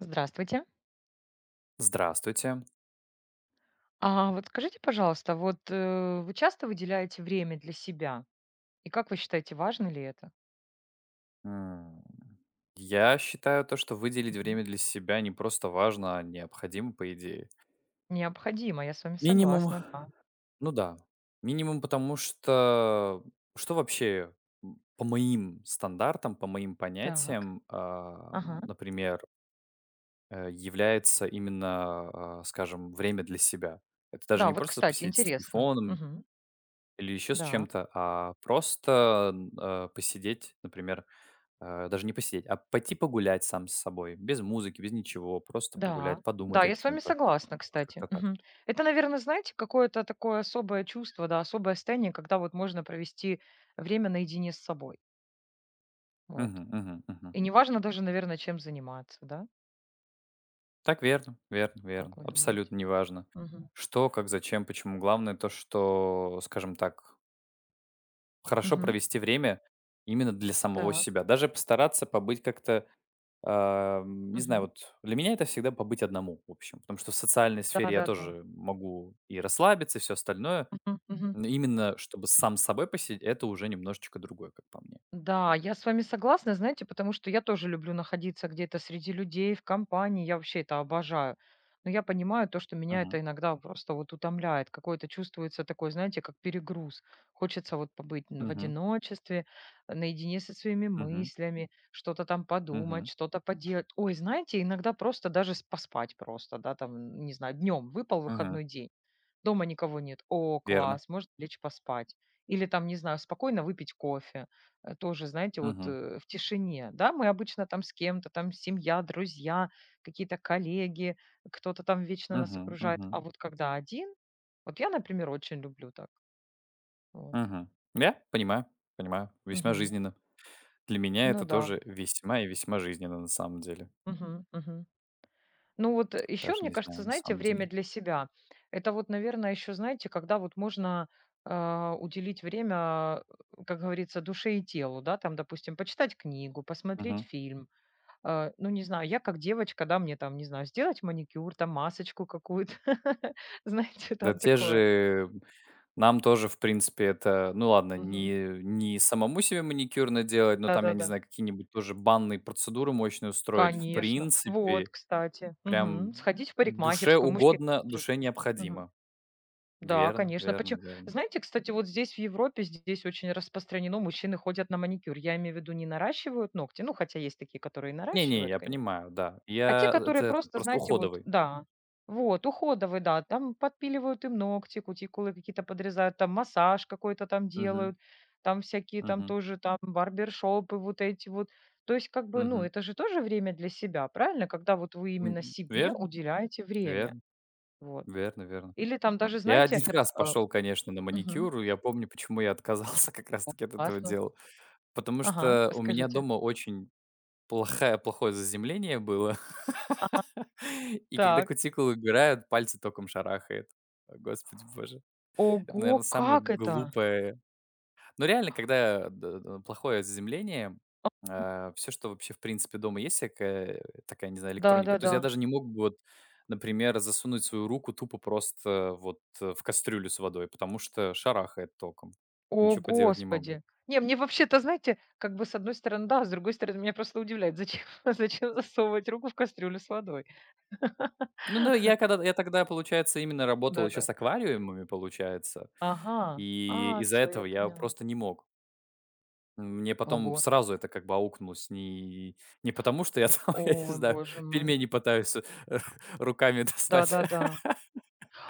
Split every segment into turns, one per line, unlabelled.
Здравствуйте.
Здравствуйте.
А вот скажите, пожалуйста, вот вы часто выделяете время для себя? И как вы считаете, важно ли это?
М, Я считаю то, что выделить
Мгм.
время для себя не просто важно, а необходимо, по идее.
Необходимо, я с вами
Минимум,
согласна, да.
ну да, минимум, потому что вообще по моим стандартам, по моим
Так.
понятиям,
Ага.
например, является именно, скажем, время для себя. Это даже
Да,
не
вот,
просто
кстати,
посидеть с
интересно.
телефоном
Мгм.
или еще с
Да,
чем-то, а просто посидеть, например. Даже не посидеть, а пойти погулять сам с собой, без музыки, без ничего, просто
да.
погулять, подумать
Да,
о
я с
чем
вами
то.
согласна,
Вот
кстати.
как-то так.
Мгм. Это, наверное, знаете, какое-то такое особое чувство, да, особое состояние, когда вот можно провести время наедине с собой. Вот.
Мгм, мгм, мгм.
И неважно даже, наверное, чем заниматься, да?
Так верно, верно, верно.
Как вы думаете?
Абсолютно неважно,
Мгм.
что, как, зачем, почему. Главное то, что, скажем так, хорошо
Мгм.
провести время именно для самого
Так.
себя. Даже постараться побыть как-то, не знаю,
Мгм.
вот для меня это всегда побыть одному, в общем. Потому что в социальной сфере я
Да-да-да.
тоже могу и расслабиться, и всё остальное.
Мгм, мгм.
Ну, именно чтобы сам с собой посидеть- это уже немножечко другое, как по мне.
Да, я с вами согласна, знаете, потому что я тоже люблю находиться где-то среди людей, в компании. Я вообще это обожаю. Но я понимаю то, что меня
Мгм.
это иногда просто вот утомляет. Какое-то чувствуется такой, знаете, как перегруз. Хочется вот побыть в
Мгм.
одиночестве, наедине со своими
Мгм.
мыслями, что-то там подумать,
Мгм.
что-то поделать. Ой, знаете, иногда просто даже поспать просто, да, там, не знаю, днем выпал
Мгм.
выходной день. Дома никого нет. О,
Верно.
класс, может лечь поспать. Или там, не знаю, спокойно выпить кофе. Тоже, знаете, вот
Мгм.
в тишине. Да, мы обычно там с кем-то, там семья, друзья, какие-то коллеги, кто-то там вечно нас
Мгм.
окружает.
Мгм.
А вот когда один, вот я, например, очень люблю так. Вот.
Мгм. Я понимаю, понимаю. Весьма
Мгм.
жизненно. Для меня
Ну
это
да.
тоже весьма и весьма жизненно, на самом деле.
Мгм. Мгм. Ну вот еще,
Даже
мне
не
кажется,
знаю, на
знаете,
самом
время
деле.
для себя. Это вот, наверное, еще, знаете, когда вот можно уделить время, как говорится, душе и телу, да, там, допустим, почитать книгу, посмотреть
Мгм.
фильм. А, ну, не знаю, я как девочка, да, мне там, не знаю, сделать маникюр, там, масочку какую-то, знаете,
Да
там
те
такое.
же нам тоже, в принципе, это, ну ладно,
Мгм.
не самому себе маникюр наделать, но там, я не
Да-да-да.
знаю, какие-нибудь тоже банные процедуры мощные устроить. В
Конечно. Вот,
принципе.
кстати. Мгм.
Прям
Сходить в
душе
парикмахерскую, мужчина
угодно,
может
душе
тоже. Мгм.
необходимо.
Да,
Верно,
конечно.
верно,
Почему,
верно.
знаете, кстати, вот здесь, в Европе, здесь очень распространено, мужчины ходят на маникюр. Я имею в виду, не наращивают ногти, ну, хотя есть такие, которые и
Не-не,
наращивают,
я
конечно,
понимаю, да.
а те,
Я
которые
это этот
просто,
просто
знаете, вот
уходовый.
да, вот, уходовые, да, там подпиливают им ногти, кутикулы какие-то подрезают, там массаж какой-то там
Мгм,
делают, там всякие там
мгм,
тоже там барбершопы вот эти вот. То есть как бы, ну,
мгм.
это же тоже время для себя, правильно? Когда вот вы именно себе
Верно,
уделяете время,
верно,
вот.
верно, верно.
Или там даже,
Я один
знаете,
раз
э
пошел, конечно, на
мгм.
маникюр, и я помню, почему я отказался как раз
О,
таки от этого
классно.
дела. Потому
Ага,
что у меня
расскажите.
дома очень плохое, плохое заземление было.
А,
И когда
так.
кутикулу убирают, пальцы током шарахает. О, господи боже. Это,
Ого,
наверное, самое
как это?
глупое. Но реально, когда д д плохое заземление, все, что вообще в принципе дома есть, всякая такая, не знаю, электроника. То есть
Да-да-да.
я даже не мог бы вот, например, засунуть свою руку тупо просто вот в кастрюлю с водой, потому что шарахает током.
О,
Ничего поделать не могу.
господи. Не, мне вообще-то, знаете, как бы с одной стороны, да, с другой стороны, меня просто удивляет, зачем, зачем засовывать руку в кастрюлю с водой.
Ну, но я когда я тогда, получается, именно работал еще с
Да-да.
аквариумами, получается,
Ага.
и
А,
из-за
все, я
этого я
поняла.
просто не мог. Мне потом
Ого.
сразу это как бы аукнулось. Не потому, что я там, я не
Ой,
знаю,
боже мой.
пельмени пытаюсь, руками достать.
Да-да-да.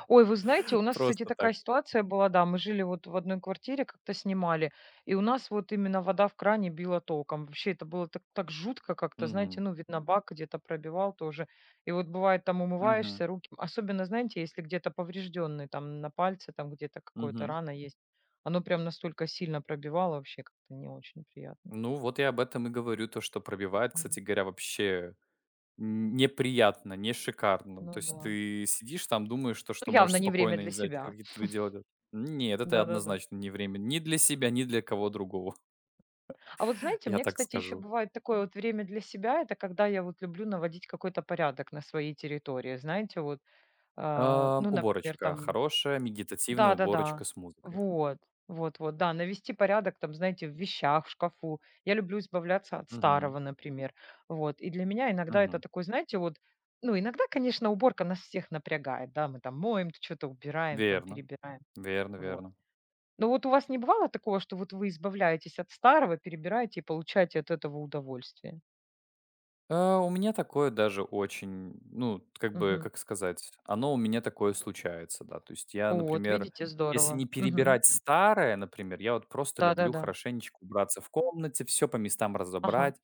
Ой, вы знаете, у нас, кстати,
Просто так.
такая ситуация была, да, мы жили вот в одной квартире, как-то снимали, и у нас вот именно вода в кране била током. Вообще это было так, так жутко как-то, знаете,
Мгм.
ну, видно, бак где-то пробивал тоже. И вот бывает, там
Мгм.
умываешься, руки, особенно, знаете, если где-то поврежденный, там на пальце, там где-то какая-то
Мгм.
рана есть, оно прям настолько сильно пробивало, вообще как-то не очень приятно.
Ну, вот я об этом и говорю, то, что пробивает,
М,
кстати говоря, вообще н неприятно, не шикарно. То
ну
есть
да.
ты сидишь там, думаешь, то, что
Ну,
можешь
явно не время
спокойно,
для
не знаю, чё
себя.
какие-то свои дела делать. Нет, это
Да-да-да.
однозначно не время ни для себя, ни для кого другого,
А вот знаете,
я
мне,
так
кстати, еще
скажу.
бывает такое вот время для себя, это когда я вот люблю наводить какой-то порядок на своей территории, знаете, вот, ну, например,
Уборочка
там,
хорошая, медитативная уборочка
да-да-да,
с музыкой.
вот, вот, вот, да, навести порядок там, знаете, в вещах, в шкафу. Я люблю избавляться от
Мгм,
старого, например, вот. И для меня иногда это
мгм.
такой, знаете, вот, ну, иногда, конечно, уборка нас всех напрягает, да, мы там моем, что-то убираем, там
Верно,
перебираем,
верно,
вот.
верно.
Ну вот у вас не бывало такого, что вот вы избавляетесь от старого, перебираете и получаете от этого удовольствие?
У меня такое даже очень, ну, как бы,
Мгм.
как сказать, оно у меня такое случается, да. То есть я,
Вот,
например,
видите,
если
здорово.
не
Мгм.
перебирать старое, например, я вот просто люблю
Да-да-да.
хорошенечко убраться в комнате, все по местам
Ага.
разобрать.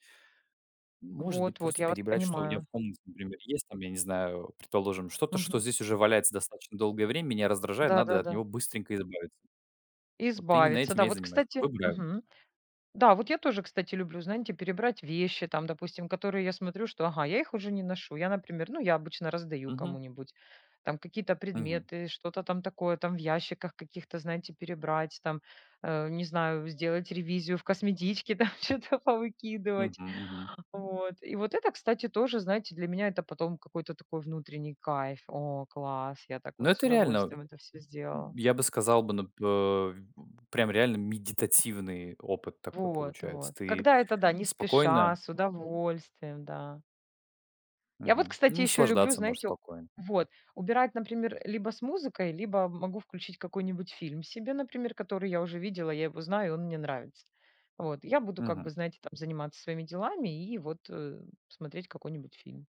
Может быть,
Вот, вот,
просто
я вас
перебрать, что у меня
понимаю.
в комнате, например, есть, там, я не знаю, предположим, что-то, что
Мгм.
здесь уже валяется достаточно долгое время, меня раздражает, надо от
Да-да-да.
него быстренько избавиться. Вот именно
Избавиться.
этим
Да,
я и
вот,
занимаюсь.
кстати.
Выбираю.
Мгм. Да, вот я тоже, кстати, люблю, знаете, перебрать вещи, там, допустим, которые я смотрю, что, ага, я их уже не ношу. Я, например, ну, я обычно раздаю
Мгм,
кому-нибудь там какие-то
мгм,
предметы, что-то там такое, там в ящиках каких-то, знаете, перебрать, там, не знаю, сделать ревизию в косметичке, там что-то
мгм,
повыкидывать.
мгм.
Вот. И вот это, кстати, тоже, знаете, для меня это потом какой-то такой внутренний кайф. О, класс, я так
Ну,
вот с
это реально,
удовольствием это все сделала.
я бы сказал бы, прям реально медитативный опыт такой
Вот,
получается.
вот.
Ты
Когда это, да, не спеша,
спокойно
а с удовольствием, да. Я вот,
и
кстати, еще люблю,
наслаждаться можешь
знаете, у
спокойно.
вот, убирать, например, либо с музыкой, либо могу включить какой-нибудь фильм себе, например, который я уже видела, я его знаю, он мне нравится. Вот, я буду как
Мгм.
бы, знаете, там заниматься своими делами и вот, смотреть какой-нибудь фильм.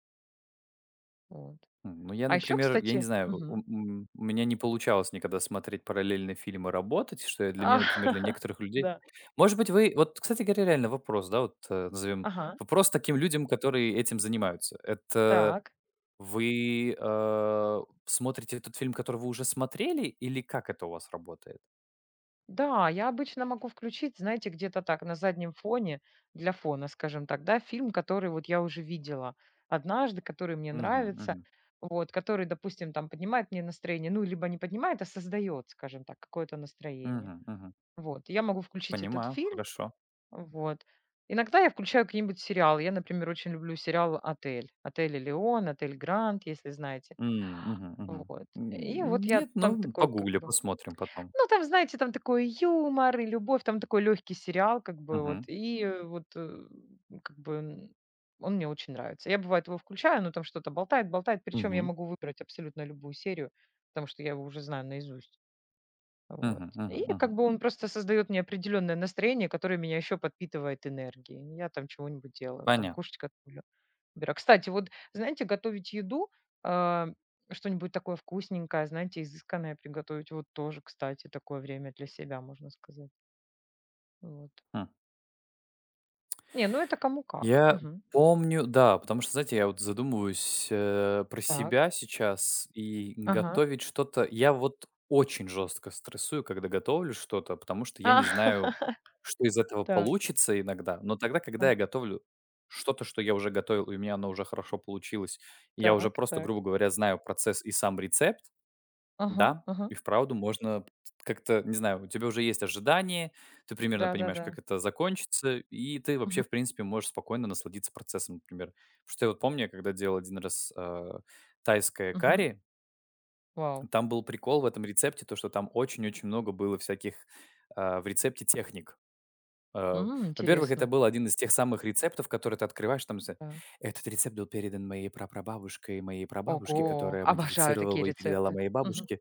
Вот.
Ну, я,
А еще,
например, я не
кстати,
знаю, у
мгм.
м у меня не получалось никогда смотреть параллельные фильмы и работать, что я для меня,
А,
например, для некоторых людей.
да.
Может быть, вы вот, кстати говоря, реально вопрос, да, вот, назовем
Ага.
вопрос таким людям, которые этим занимаются. Это.
Так.
Вы, смотрите тот фильм, который вы уже смотрели, или как это у вас работает?
Да, я обычно могу включить, знаете, где-то так на заднем фоне, для фона, скажем так, да, фильм, который вот я уже видела однажды, который мне
Мгм,
нравится,
мгм,
вот, который, допустим, там поднимает мне настроение, ну, либо не поднимает, а создает, скажем так, какое-то настроение.
мгм, мгм.
Вот, я могу включить этот
Понимаю,
фильм,
хорошо.
вот. Иногда я включаю какие-нибудь сериалы. Я, например, очень люблю сериал «Отель». «Отель Элеон», «Отель Гранд», если знаете.
М, мгм, мгм.
Вот. И вот
М,
я
нет,
там
ну,
такой как
погуглю,
бы
посмотрим потом.
ну, там, знаете, там такой юмор и любовь, там такой легкий сериал, как бы вот.
Мгм,
И вот, как бы, он мне очень нравится. Я, бывает, его включаю, но там что-то болтает, болтает. Причем я
мгм,
могу выбрать абсолютно любую серию, потому что я его уже знаю наизусть. Вот.
мгм, мгм,
И
мгм.
как бы он просто создает мне определенное настроение, которое меня еще подпитывает энергией. Я там чего-нибудь делаю, там
Понятно.
кошечка Вера. Кстати, вот, знаете, готовить еду, а, что-нибудь такое вкусненькое, знаете, изысканное приготовить, вот тоже, кстати, такое время для себя, можно сказать. Вот.
М.
Не, ну это кому как.
Я
Мгм.
помню, да, потому что, знаете, я вот задумываюсь, про
Так.
себя сейчас и
Ага.
готовить что-то. Я вот очень жестко стрессую, когда готовлю что-то, потому что я
А,
не знаю, что из этого
так,
получится иногда. Но тогда, когда
а,
я готовлю что-то, что я уже готовил, и у меня оно уже хорошо получилось, и я уже
так,
просто,
так.
грубо говоря, знаю процесс и сам рецепт,
Ага,
да,
ага.
и вправду можно как-то, не знаю, у тебя уже есть ожидание, ты примерно понимаешь,
Да-да-да.
как это закончится, и ты вообще,
Мгм,
в принципе, можешь спокойно насладиться процессом, например. Потому что я вот помню, я когда делал один раз тайское
мгм.
карри,
Вау.
там был прикол в этом рецепте, то, что там очень-очень много было всяких в рецепте техник. Э,
М,
Во-первых, это
интересно.
был один из тех самых рецептов, которые ты открываешь, там
Так.
этот рецепт был передан моей прапрабабушкой, моей прабабушке,
Ого,
которая
обожаю
модифицировала
такие
его и передала
рецепты.
моей
Мгм.
бабушке.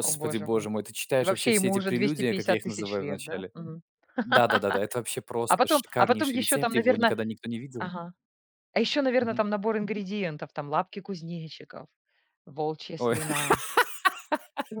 О, боже мой.
боже мой, ты
И
читаешь вообще
вообще
все
ему
эти
уже
прелюдии, как я
250
их
тысяч
называю в
лет, да?
начале.
Мгм.
Да-да-да-да, это вообще просто
А потом
шикарнейший
еще
рецепт,
там,
его
наверное.
никогда никто не видел.
Ага. А еще, наверное,
Мгм.
там набор ингредиентов, там лапки кузнечиков, волчья
Ой,
слюна,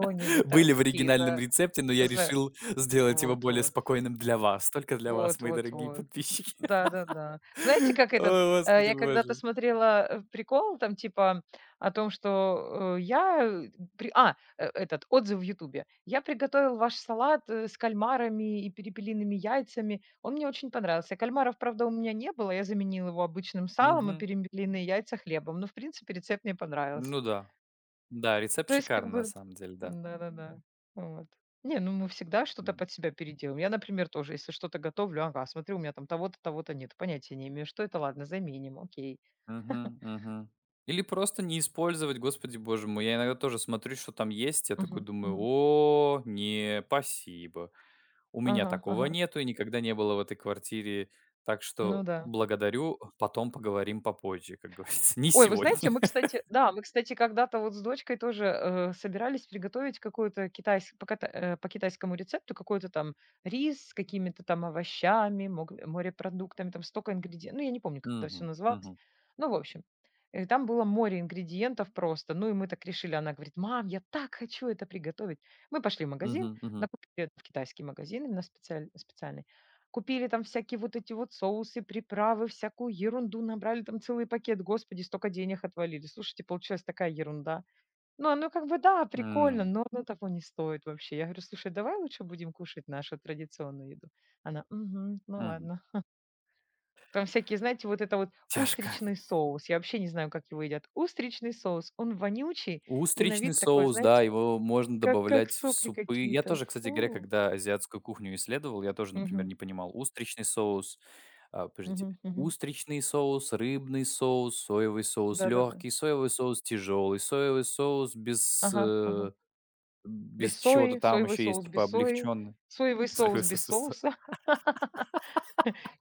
там,
были в оригинальном
какие-то
рецепте, но я
за
решил сделать его
вот
более
вот.
спокойным для вас. Только для вас,
Вот
мои
вот
дорогие
вот.
подписчики.
Да-да-да. Знаете, как этот,
О, господи
я когда-то
боже.
смотрела, прикол там типа о том, что, э, я, э, при а, э, этот отзыв в "Ютубе": "Я приготовил ваш салат, с кальмарами и перепелиными яйцами. Он мне очень понравился. Кальмаров, правда, у меня не было. Я заменил его обычным салом, и
Мгм.
перепелиные яйца хлебом. Но, в принципе, рецепт мне понравился".
Ну да. Да, рецепт
То есть как
шикарный на
бы
самом деле, да.
да-да-да. Вот. Не, ну мы всегда что-то под себя переделаем. Я, например, тоже, если что-то готовлю, ага, смотрю, у меня там того-то, того-то нет, понятия не имею, что это, ладно, заменим, окей.
Мгм, мгм. Или просто не использовать, господи боже мой. Я иногда тоже смотрю, что там есть, я такой
Мгм,
думаю,
мгм.
о, не, спасибо. У меня
Ага,
такого
ага.
нету и никогда не было в этой квартире. Так
Ну
что
да.
благодарю, потом поговорим попозже, как говорится. Не
Ой, вы
сегодня.
знаете, мы, кстати, да, мы, кстати, когда-то вот с дочкой тоже собирались приготовить какую-то китайс... по, ката- э, по китайскому рецепту какой-то там рис с какими-то там овощами, морепродуктами, там столько ингредиентов. Ну, я не помню, как это все
Мгм,
называлось.
мгм,
Ну, в общем, там было море ингредиентов просто. Ну, и мы так решили. Она говорит, мам, я так хочу это приготовить. Мы пошли в магазин,
мгм, мгм.
накупили это в китайский магазин, именно специальный. Купили там всякие вот эти вот соусы, приправы, всякую ерунду, набрали там целый пакет. Господи, столько денег отвалили. Слушайте, получилась такая ерунда. Ну, оно как бы, да, прикольно,
М,
но оно того не стоит вообще. Я говорю, слушай, давай лучше будем кушать нашу традиционную еду. Она, угу, ну
Мгм.
ладно. Там всякие, знаете, вот это вот
Тяжко.
устричный соус. Я вообще не знаю, как его едят. Устричный соус, он вонючий и на
Устричный
вид такой,
соус, да,
знаете,
его можно
как
добавлять в
сопли
супы. Я
какие-то.
тоже, кстати говоря,
Фу.
когда азиатскую кухню исследовал, я тоже, например,
Мгм,
не понимал. Устричный соус, а, подождите,
мгм, мгм.
устричный соус, рыбный соус, соевый соус
Да-да-да.
легкий, соевый соус тяжелый, соевый соус без,
Ага, ага. Без
без
сои,
чего-то там
соевый
еще есть,
соус
типа
без сои,
облегченный.
соевый
Соевый
соус
соус,
без
без со-
соуса.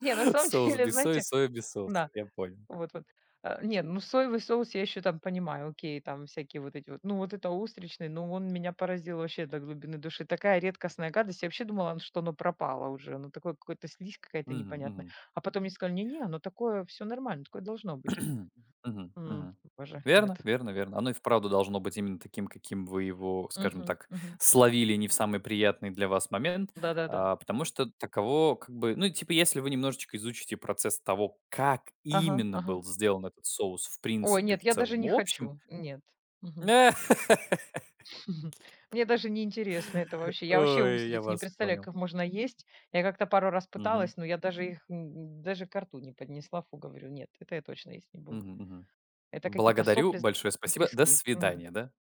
Не, на самом
соус
деле,
без сои,
знаете,
соя без соуса.
да,
Я понял.
вот вот. Не, ну соевый соус я еще там понимаю, окей, там всякие вот эти вот. Ну вот это устричный, ну он меня поразил вообще до глубины души. Такая редкостная гадость. Я вообще думала, что оно пропало уже. Оно такое, какое-то слизь какая-то
Мгм,
непонятная.
мгм.
А потом мне сказали, не-не, оно такое, все нормально, такое должно быть.
Мгм,
М,
мгм.
боже,
Верно,
нет.
верно, верно. Оно и вправду должно быть именно таким, каким вы его, скажем
Мгм,
так,
мгм.
словили не в самый приятный для вас момент,
Да-да-да.
а потому что таково как бы, ну, типа, если вы немножечко изучите процесс того, как
Ага,
именно
ага.
был сделан этот соус в
Ой,
принципе,
нет,
в
я даже
целом
не
и общем.
хочу. Нет. Мгм. Мгм. Мне даже не интересно это вообще. Я вообще
Ой, я
устриц не
вас
представляю,
понял.
как их можно есть. Я как-то пару раз
Мгм,
пыталась, но я даже их даже ко рту не поднесла. Фу, говорю, нет, это я точно есть не буду.
мгм, мгм.
Это какие-то
Благодарю,
сопли,
большое спасибо. До
трески. Мгм.
свидания, да?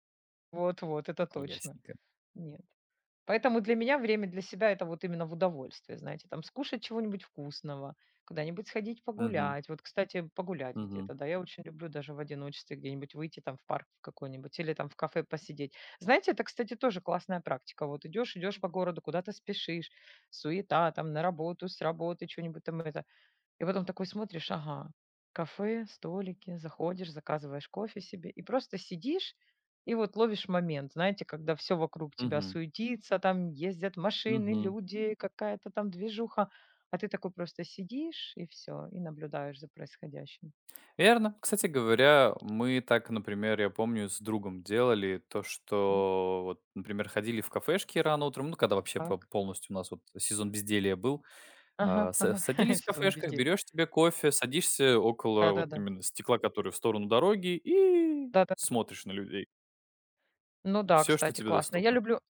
Вот-вот, это точно.
Ясненько.
Нет. Поэтому для меня время для себя это вот именно в удовольствие, знаете, там скушать чего-нибудь вкусного, куда-нибудь сходить
Мгм,
погулять. Вот, кстати, погулять
мгм,
где-то, да, я очень люблю даже в одиночестве где-нибудь выйти там в парк какой-нибудь или там в кафе посидеть. Знаете, это, кстати, тоже классная практика. Вот идешь, идешь по городу, куда-то спешишь, суета там на работу, с работы, что-нибудь там это. И потом такой смотришь, ага, кафе, столики, заходишь, заказываешь кофе себе и просто сидишь и вот ловишь момент, знаете, когда все вокруг тебя
мгм,
суетится, там ездят машины,
мгм.
люди, какая-то там движуха, а ты такой просто сидишь и все, и наблюдаешь за происходящим.
Верно. Кстати говоря, мы так, например, я помню, с другом делали то,
М,
что вот, например, ходили в кафешки рано утром, ну, когда вообще
так.
полностью у нас вот сезон безделия был,
Ага, ага.
садились в
Сезон
кафешках,
безделия.
берешь себе кофе, садишься около вот
Да-да-да.
именно стекла, который в сторону дороги, и
Да-да.
смотришь на людей.
Ну да,
Все, что
кстати,
тебе
классно. Я
доступно.
люблю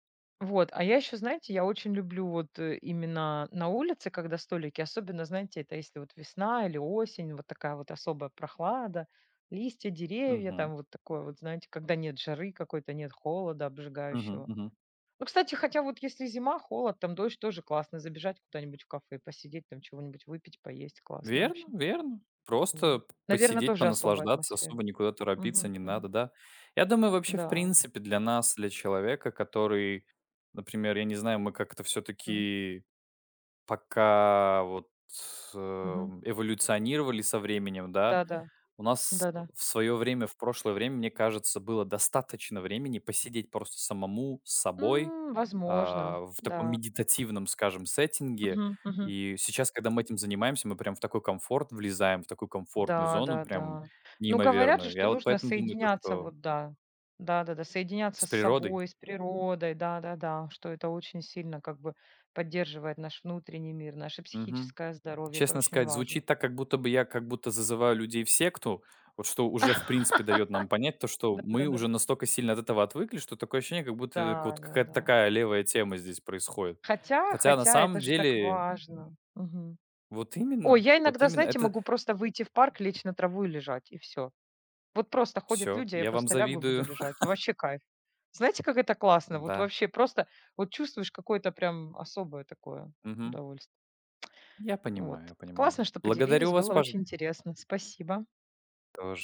вот, а я еще, знаете, я очень люблю вот, именно на улице, когда столики, особенно, знаете, это если вот весна или осень, вот такая вот особая прохлада, листья, деревья,
Мгм.
там вот такое вот, знаете, когда нет жары какой-то, нет холода обжигающего. Ну, кстати, хотя вот если зима, холод, там дождь, тоже классно забежать куда-нибудь в кафе, посидеть, там чего-нибудь выпить, поесть, классно
Верно,
вообще.
верно. Просто
Вот.
п
Наверное,
посидеть,
тоже особая
понаслаждаться,
атмосфера.
особо никуда торопиться
Мгм,
не
мгм.
надо, да. Я думаю, вообще, в
Да.
принципе, для нас, для человека, который, например, я не знаю, мы как-то все
М,
таки пока вот, э,
мгм.
эволюционировали со временем, да.
Да-да,
У нас
да-да.
в свое время, в прошлое время, мне кажется, было достаточно времени посидеть просто самому с собой,
М, возможно,
в таком
да.
медитативном, скажем, сеттинге.
Мгм, мгм.
И сейчас, когда мы этим занимаемся, мы прям в такой комфорт влезаем, в такую комфортную
Да,
зону,
да,
прям
да. Ну, говорят же,
неимоверную.
что
Я вот
нужно
поэтому думаю, то,
соединяться,
что
вот да. Да-да-да,
с
соединяться с
природой.
собой, с природой, да-да-да, что это очень сильно как бы поддерживает наш внутренний мир, наше
Мгм.
психическое здоровье, это
Честно
очень
сказать,
важно.
звучит так, как будто бы я как будто зазываю людей в секту, вот что уже, в принципе, дает нам понять то, что мы
Да-да-да.
уже настолько сильно от этого отвыкли, что такое ощущение, как будто
Да,
вот
да, да.
какая-то
да, да.
такая левая тема здесь происходит.
Хотя,
Хотя на
хотя
самом
это же так
деле,
важно. Мгм. Ой, я
вот
иногда,
именно,
знаете,
это
могу просто выйти в парк, лечь на траву и лежать, и все. Вот просто ходят
все,
люди, а я
я вам
просто лягу и буду
завидую,
лежать. Вообще кайф. Знаете, как это классно? Вот
да.
вообще просто вот чувствуешь какое-то прям особое такое
Мгм.
удовольствие.
Я
Вот.
понимаю, я понимаю.
Классно, что
Благодарю
поделились,
вас
было
пож
очень интересно. Спасибо.
тоже.